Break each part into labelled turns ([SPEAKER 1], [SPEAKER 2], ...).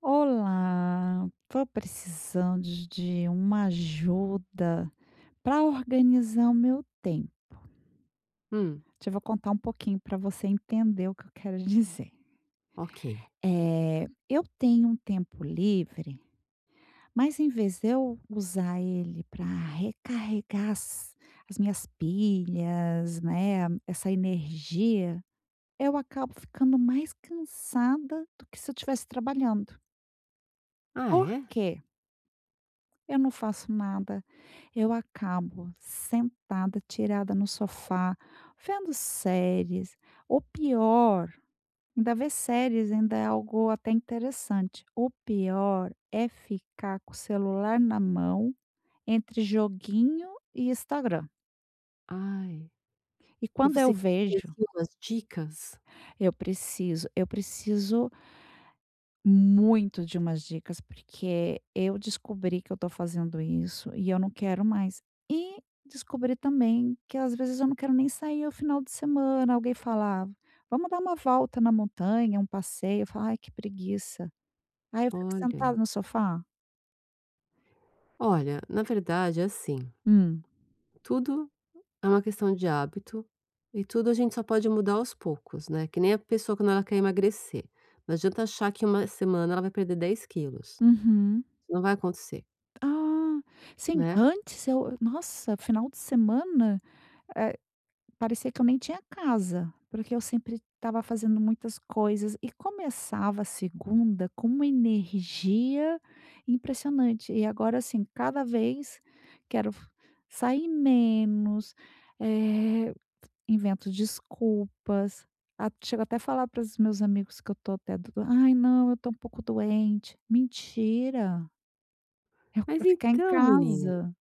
[SPEAKER 1] Olá, estou precisando de uma ajuda para organizar o meu tempo.
[SPEAKER 2] Hum,
[SPEAKER 1] Te vou contar um pouquinho para você entender o que eu quero dizer.
[SPEAKER 2] ok.
[SPEAKER 1] Eu tenho um tempo livre, mas em vez de eu usar ele para recarregar as minhas pilhas, né, essa energia, eu acabo ficando mais cansada do que se eu estivesse trabalhando.
[SPEAKER 2] Ah,
[SPEAKER 1] Por
[SPEAKER 2] é?
[SPEAKER 1] quê? Eu não faço nada. Eu acabo sentada, tirada no sofá, vendo séries. O pior, ainda ver séries ainda é algo até interessante. O pior é ficar com o celular na mão, entre joguinho e Instagram.
[SPEAKER 2] Ai,
[SPEAKER 1] E
[SPEAKER 2] e
[SPEAKER 1] quando eu
[SPEAKER 2] você quer
[SPEAKER 1] vejo,
[SPEAKER 2] assim, umas dicas?
[SPEAKER 1] eu preciso muito de umas dicas, porque eu descobri que eu tô fazendo isso e eu não quero mais. E descobri também que às vezes eu não quero nem sair ao final de semana. Alguém fala: "Ah, vamos dar uma volta na montanha, um passeio". Eu falo: "Ai, que preguiça". Aí eu fico sentada
[SPEAKER 2] Olha,
[SPEAKER 1] no sofá.
[SPEAKER 2] olha, na verdade é assim,
[SPEAKER 1] Hum.
[SPEAKER 2] tudo é uma questão de hábito e tudo a gente só pode mudar aos poucos, né, que nem a pessoa quando ela quer emagrecer, não adianta achar que uma semana ela vai perder 10 quilos, isso
[SPEAKER 1] Uhum.
[SPEAKER 2] não vai acontecer,
[SPEAKER 1] Ah, sim,
[SPEAKER 2] né.
[SPEAKER 1] antes eu nossa, final de semana, eh parecia que eu nem tinha casa, porque eu sempre estava fazendo muitas coisas e começava a segunda com uma energia impressionante. E agora, assim, cada vez quero f- sair menos, eh, invento desculpas. Chego até a falar para os meus amigos que eu Ai, não, eu tô um pouco doente. Mentira! Eu
[SPEAKER 2] Mas
[SPEAKER 1] quero ficar em
[SPEAKER 2] então menina,
[SPEAKER 1] casa.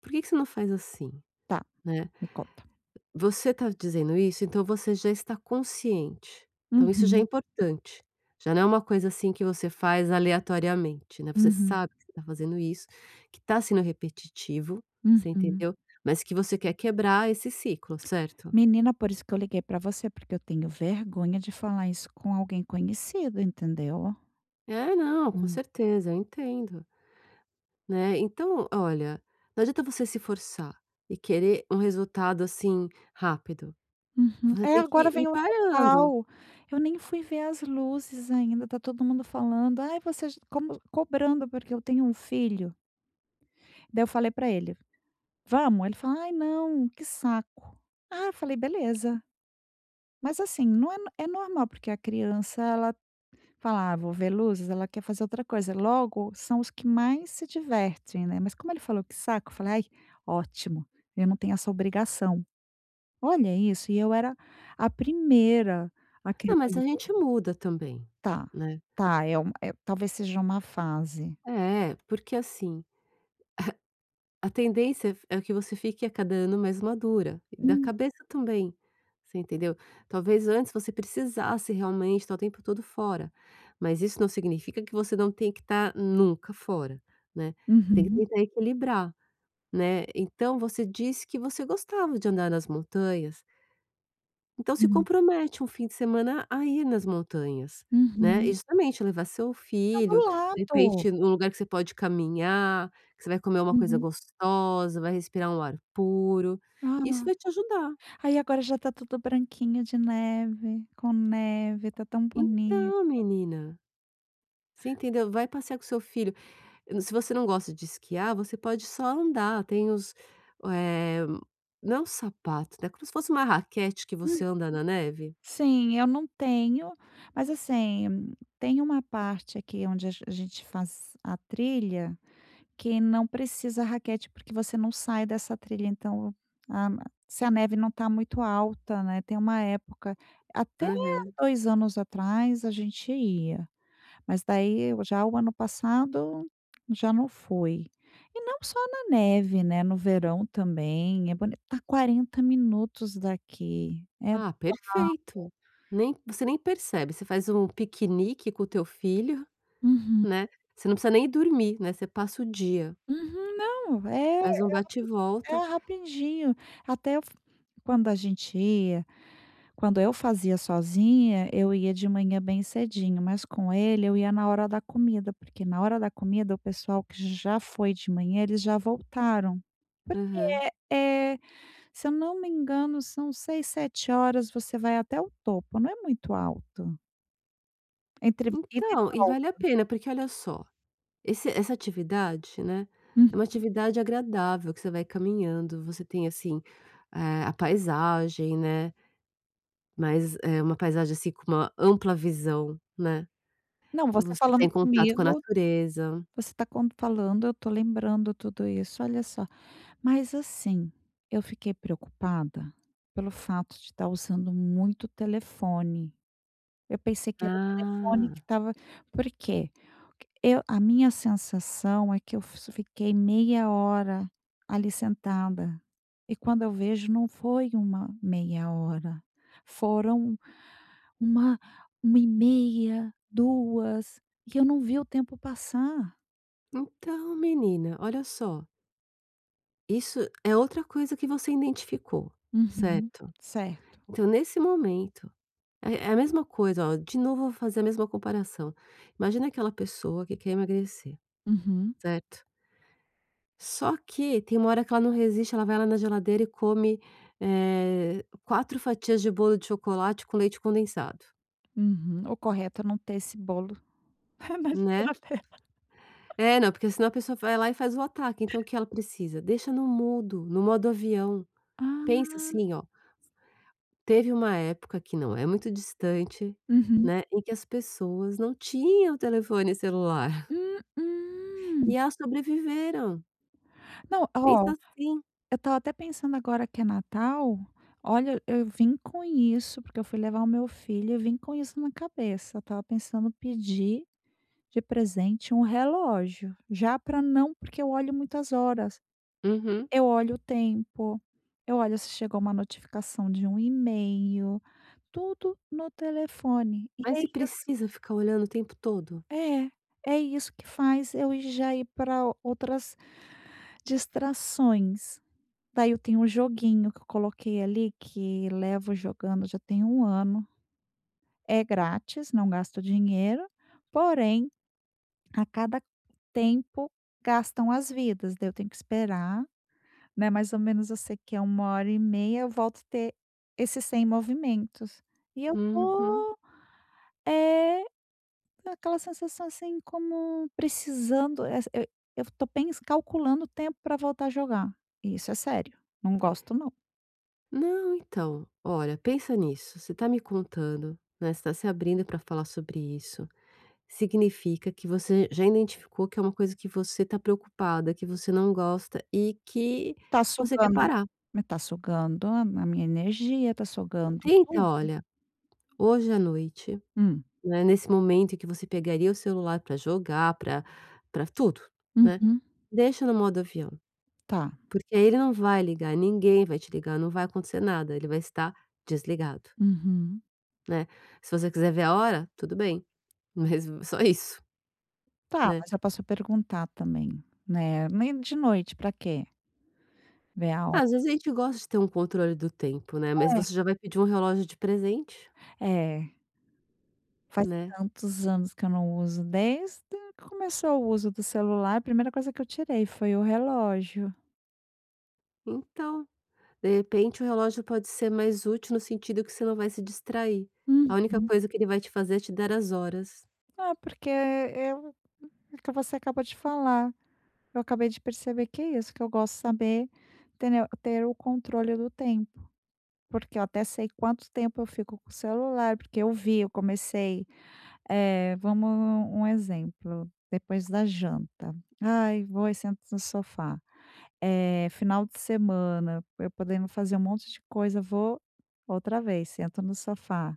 [SPEAKER 2] por que que você não faz assim,
[SPEAKER 1] Tá,
[SPEAKER 2] né.
[SPEAKER 1] me conta.
[SPEAKER 2] Você está dizendo isso, então você já está consciente. Então isso já é
[SPEAKER 1] Uhum,
[SPEAKER 2] importante. Já não é uma coisa, assim, que você faz aleatoriamente, né, você
[SPEAKER 1] uhum,
[SPEAKER 2] sabe que você tá fazendo isso, que está sendo repetitivo, você
[SPEAKER 1] uhum.
[SPEAKER 2] entendeu, mas que você quer quebrar esse ciclo, certo?
[SPEAKER 1] Menina, por isso que eu liguei pra você, porque eu tenho vergonha de falar isso com alguém conhecido, entendeu?
[SPEAKER 2] É, não, com
[SPEAKER 1] Hum.
[SPEAKER 2] certeza, eu entendo, né. Então, olha, não adianta você se forçar e querer um resultado, assim, rápido.
[SPEAKER 1] Uhum.
[SPEAKER 2] Você
[SPEAKER 1] É,
[SPEAKER 2] tem que
[SPEAKER 1] agora vem
[SPEAKER 2] ir
[SPEAKER 1] o
[SPEAKER 2] parando.
[SPEAKER 1] Natal, eu nem fui ver as luzes ainda, tá todo mundo falando: "Ai, você j" como cobrando, porque eu tenho um filho. Daí eu falei pra ele: "Vamos?" Ele falou: "Ai, não, que saco". Ah, eu falei: "Beleza". Mas assim, não é no é normal, porque a criança ela falar: "Ah, vou ver luzes", ela quer fazer outra coisa. Logo, são os que mais se divertem, né, mas como ele falou: "Que saco", eu falei: "Ai, ótimo, eu não tenho essa obrigação". Olha isso, e eu era a primeira a
[SPEAKER 2] Não,
[SPEAKER 1] querer
[SPEAKER 2] mas a
[SPEAKER 1] ver.
[SPEAKER 2] gente muda também,
[SPEAKER 1] Tá,
[SPEAKER 2] né.
[SPEAKER 1] tá, é uma, talvez seja uma fase.
[SPEAKER 2] É, porque assim, a tendência é que você fique a cada ano mais madura, e da
[SPEAKER 1] Hum.
[SPEAKER 2] cabeça também, você entendeu? Talvez antes você precisasse realmente estar o tempo todo fora, mas isso não significa que você não tem que estar nunca fora, né. Tem que
[SPEAKER 1] Uhum,
[SPEAKER 2] tentar equilibrar, né. Então você disse que você gostava de andar nas montanhas, então se
[SPEAKER 1] uhum,
[SPEAKER 2] compromete um fim de semana a ir nas montanhas, né, e
[SPEAKER 1] uhum.
[SPEAKER 2] justamente levar seu
[SPEAKER 1] Tá do
[SPEAKER 2] filho, de
[SPEAKER 1] lado.
[SPEAKER 2] repente num lugar que você pode caminhar, que você vai comer uma coisa
[SPEAKER 1] Uhum.
[SPEAKER 2] gostosa, vai respirar um ar puro, isso
[SPEAKER 1] Ah,
[SPEAKER 2] vai te ajudar.
[SPEAKER 1] aí agora já tá tudo branquinho de neve, com neve, tá tão bonito.
[SPEAKER 2] Então menina, você entendeu? Vai passear com seu filho, se você não gosta de esquiar, você pode só andar, tem os, eh, não é um sapato, né, como se fosse uma raquete que você anda na neve.
[SPEAKER 1] Sim, eu não tenho, mas assim, tem uma parte aqui onde a gente faz a trilha, que não precisa raquete, porque você não sai dessa trilha, então, a se a neve não está muito alta, né, tem uma época até
[SPEAKER 2] Aham.
[SPEAKER 1] 2 anos atrás a gente ia, mas daí eu já o ano passado, já não fui. E não só na neve, né, no verão também, é bonito. Tá 40 minutos daqui.
[SPEAKER 2] Ah, perfeito. Nem você nem percebe, você faz um piquenique com o teu filho, né, você não precisa nem dormir, né, você passa o dia,
[SPEAKER 1] Uhum. Não,
[SPEAKER 2] faz um bate e volta.
[SPEAKER 1] é rapidinho. Até eu f Quando a gente ia quando eu fazia sozinha, eu ia de manhã bem cedinho, mas com ele eu ia na hora da comida, porque na hora da comida o pessoal que já foi de manhã, eles já voltaram. Porque
[SPEAKER 2] Aham.
[SPEAKER 1] é é, se eu não me engano, são seis, sete horas você vai até o topo, não é muito alto, entre ida e
[SPEAKER 2] Então, e vale a
[SPEAKER 1] volta.
[SPEAKER 2] pena, porque olha só, esse essa atividade, né,
[SPEAKER 1] Hum.
[SPEAKER 2] é uma atividade agradável que você vai caminhando, você tem, assim, a paisagem, né, mas é uma paisagem, assim, com uma ampla visão, né,
[SPEAKER 1] Não, você
[SPEAKER 2] você
[SPEAKER 1] falando
[SPEAKER 2] tem contato com a
[SPEAKER 1] comigo
[SPEAKER 2] natureza.
[SPEAKER 1] você está falando, eu estou lembrando tudo isso, olha só. Mas assim, eu fiquei preocupada pelo fato de estar usando muito telefone. Eu pensei que era o telefone que
[SPEAKER 2] Ah,
[SPEAKER 1] estava, por quê? Eu a minha sensação é que eu f fiquei meia hora ali sentada, e quando eu vejo não foi uma meia hora, foram uma 1 e meia, duas, e eu não vi o tempo passar.
[SPEAKER 2] então menina, olha só. Isso é outra coisa que você identificou,
[SPEAKER 1] Uhum.
[SPEAKER 2] certo?
[SPEAKER 1] Certo.
[SPEAKER 2] Então nesse momento, é a mesma coisa, ó, de novo eu vou fazer a mesma comparação. Imagina aquela pessoa que quer emagrecer,
[SPEAKER 1] Uhum,
[SPEAKER 2] certo? Só que tem uma hora que ela não resiste, ela vai lá na geladeira e come, 4 fatias de bolo de chocolate com leite condensado,
[SPEAKER 1] uhum. O correto é não ter esse bolo na
[SPEAKER 2] né.
[SPEAKER 1] geladeira.
[SPEAKER 2] É, não, porque senão a pessoa vai lá e faz o ataque, então o que ela precisa? Deixa no mudo, no modo avião. Pensa
[SPEAKER 1] Ah,
[SPEAKER 2] assim, ó. Teve uma época que não é muito distante,
[SPEAKER 1] uhum.
[SPEAKER 2] né, em que as pessoas não tinham telefone celular
[SPEAKER 1] Hum,
[SPEAKER 2] e
[SPEAKER 1] hum.
[SPEAKER 2] elas sobreviveram.
[SPEAKER 1] Não,
[SPEAKER 2] Pensa
[SPEAKER 1] ó,
[SPEAKER 2] assim.
[SPEAKER 1] eu estava até pensando agora que é Natal, olha, eu vim com isso, porque eu fui levar o meu filho, eu vim com isso na cabeça, eu estava pensando pedir de presente um relógio, já para não porque eu olho muitas horas.
[SPEAKER 2] Uhum.
[SPEAKER 1] Eu olho o tempo, eu olho se chegou uma notificação de um e-mail, tudo no telefone. E
[SPEAKER 2] Mas
[SPEAKER 1] é
[SPEAKER 2] se precisa ficar olhando o tempo todo?
[SPEAKER 1] é, é isso que faz eu ir para outras distrações. Daí eu tenho um joguinho que eu coloquei ali, que levo jogando já tem um ano. É grátis, não gasto dinheiro, porém, a cada tempo gastam as vidas, daí eu tenho que esperar. Né, mais ou menos eu sei que é uma hora e meia eu volto a ter esses 100 movimentos. E eu
[SPEAKER 2] Uhum.
[SPEAKER 1] é aquela sensação, assim, como precisando essa eu tô pens calculando o tempo para voltar a jogar. E isso é sério, não gosto não.
[SPEAKER 2] Não, então, olha, pensa nisso, você está me contando, né, você tá se abrindo para falar sobre isso, significa que você já identificou que é uma coisa que você está preocupada, que você não gosta e que
[SPEAKER 1] Tá
[SPEAKER 2] você quer
[SPEAKER 1] sugando
[SPEAKER 2] parar.
[SPEAKER 1] tá sugando a minha energia, tá sugando
[SPEAKER 2] Tenta,
[SPEAKER 1] tudo.
[SPEAKER 2] olha, hoje à noite.
[SPEAKER 1] Hum.
[SPEAKER 2] Né, nesse momento em que você pegaria o celular para jogar, para tudo, né,
[SPEAKER 1] Uhum.
[SPEAKER 2] deixa no modo avião,
[SPEAKER 1] Tá.
[SPEAKER 2] porque aí ele não vai ligar, ninguém vai te ligar, não vai acontecer nada, ele vai estar desligado,
[SPEAKER 1] Uhum.
[SPEAKER 2] né. Se você quiser ver a hora, tudo bem, mas só isso,
[SPEAKER 1] Tá,
[SPEAKER 2] né.
[SPEAKER 1] mas eu posso perguntar também, né, nem de noite pra quê? Ver a
[SPEAKER 2] Às
[SPEAKER 1] hora?
[SPEAKER 2] vezes a gente gosta de ter um controle do tempo, né, mas
[SPEAKER 1] É.
[SPEAKER 2] você já vai pedir um relógio de presente,
[SPEAKER 1] É. Faz
[SPEAKER 2] né,
[SPEAKER 1] tantos anos que eu não uso, desde que começou o uso do celular, a primeira coisa que eu tirei foi o relógio.
[SPEAKER 2] então, de repente o relógio pode ser mais útil no sentido que você não vai se distrair,
[SPEAKER 1] Hum.
[SPEAKER 2] a única coisa que ele vai te fazer é te dar as horas.
[SPEAKER 1] Ah, porque eu é que você acabou de falar, eu acabei de perceber que é isso, que eu gosto de saber, entendeu, ter o controle do tempo, porque eu até sei quanto tempo eu fico com o celular, porque eu vi, eu comecei, vamos um exemplo, depois da janta, "Ai, vou e sento no sofá". Eh, final de semana, eu podendo fazer um monte de coisa, vou outra vez, sento no sofá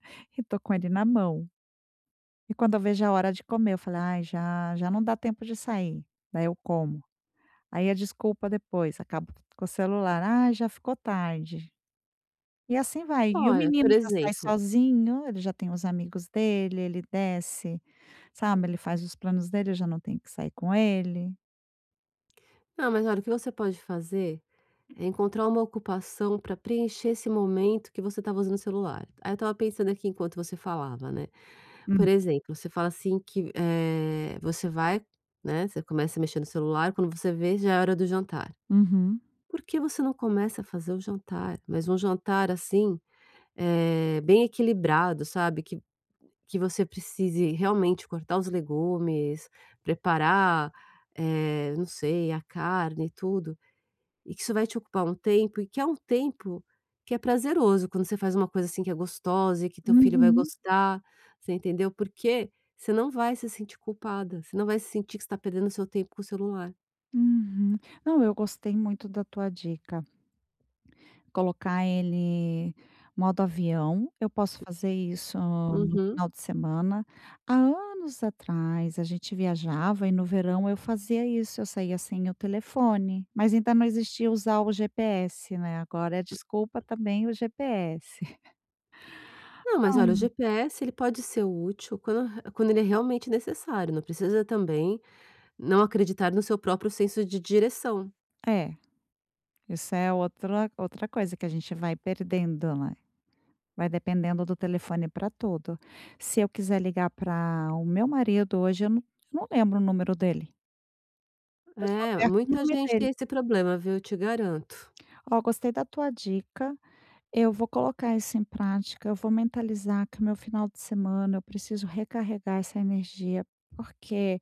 [SPEAKER 1] e tô com ele na mão. E quando eu vejo a hora de comer, eu falo: "Ai, já já não dá tempo de sair", daí eu como. Aí a desculpa depois, acabo com o celular: "Ai, já ficou tarde". E assim vai. E o
[SPEAKER 2] Olha, por
[SPEAKER 1] menino já sai
[SPEAKER 2] exemplo.
[SPEAKER 1] sozinho, ele já tem os amigos dele, ele desce, sabe, ele faz os planos dele, eu já não tenho que sair com ele.
[SPEAKER 2] Não, mas olha, o que você pode fazer é encontrar uma ocupação para preencher esse momento que você estava usando o celular. Aí eu estava pensando aqui enquanto você falava, né. Por
[SPEAKER 1] Hum.
[SPEAKER 2] exemplo, você fala assim que, você vai, né, você começa a mexer no celular, quando você vê já é hora do jantar.
[SPEAKER 1] Uhum.
[SPEAKER 2] Por que você não começa a fazer o jantar? Mas um jantar, assim, bem equilibrado, sabe, que você precise realmente cortar os legumes, preparar, não sei, a carne e tudo, e que isso vai te ocupar um tempo e que é um tempo que é prazeroso quando você faz uma coisa, assim, que é gostosa e que teu filho vai
[SPEAKER 1] Uhum.
[SPEAKER 2] gostar, você entendeu? Porque você não vai se sentir culpada, você não vai se sentir que você tá perdendo seu tempo com o celular.
[SPEAKER 1] Uhum. Não, eu gostei muito da tua dica. Colocar ele modo avião, eu posso fazer isso no
[SPEAKER 2] Uhum.
[SPEAKER 1] final de semana. Há anos atrás a gente viajava e no verão eu fazia isso, eu saía sem o telefone, mas ainda não existia usar o GPS, né, agora é desculpa também o GPS.
[SPEAKER 2] Não, mas olha, o GPS ele pode ser útil quando ele é realmente necessário, não precisa também não acreditar no seu próprio senso de direção.
[SPEAKER 1] É, isso é outra coisa que a gente vai perdendo, né. Vai dependendo do telefone para tudo. Se eu quiser ligar para o meu marido hoje, eu não lembro o número dele. Eu só
[SPEAKER 2] É,
[SPEAKER 1] aperto o
[SPEAKER 2] muita
[SPEAKER 1] nome
[SPEAKER 2] gente
[SPEAKER 1] dele.
[SPEAKER 2] tem esse problema, viu, eu te garanto.
[SPEAKER 1] "Ó, gostei da tua dica, eu vou colocar isso em prática, eu vou mentalizar que meu final de semana eu preciso recarregar essa energia, porque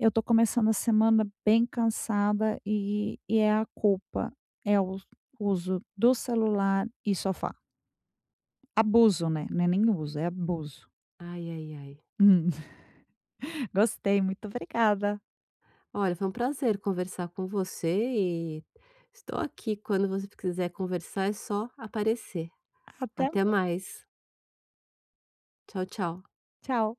[SPEAKER 1] eu estou começando a semana bem cansada e é a culpa, é o uso do celular e sofá". Abuso, né, não é nem uso, é abuso.
[SPEAKER 2] Ai, ai, ai.
[SPEAKER 1] Gostei, muito obrigada.
[SPEAKER 2] Olha, foi um prazer conversar com você e estou aqui quando você quiser conversar, é só aparecer.
[SPEAKER 1] Até
[SPEAKER 2] Até mais. Tchau, tchau.
[SPEAKER 1] tchau.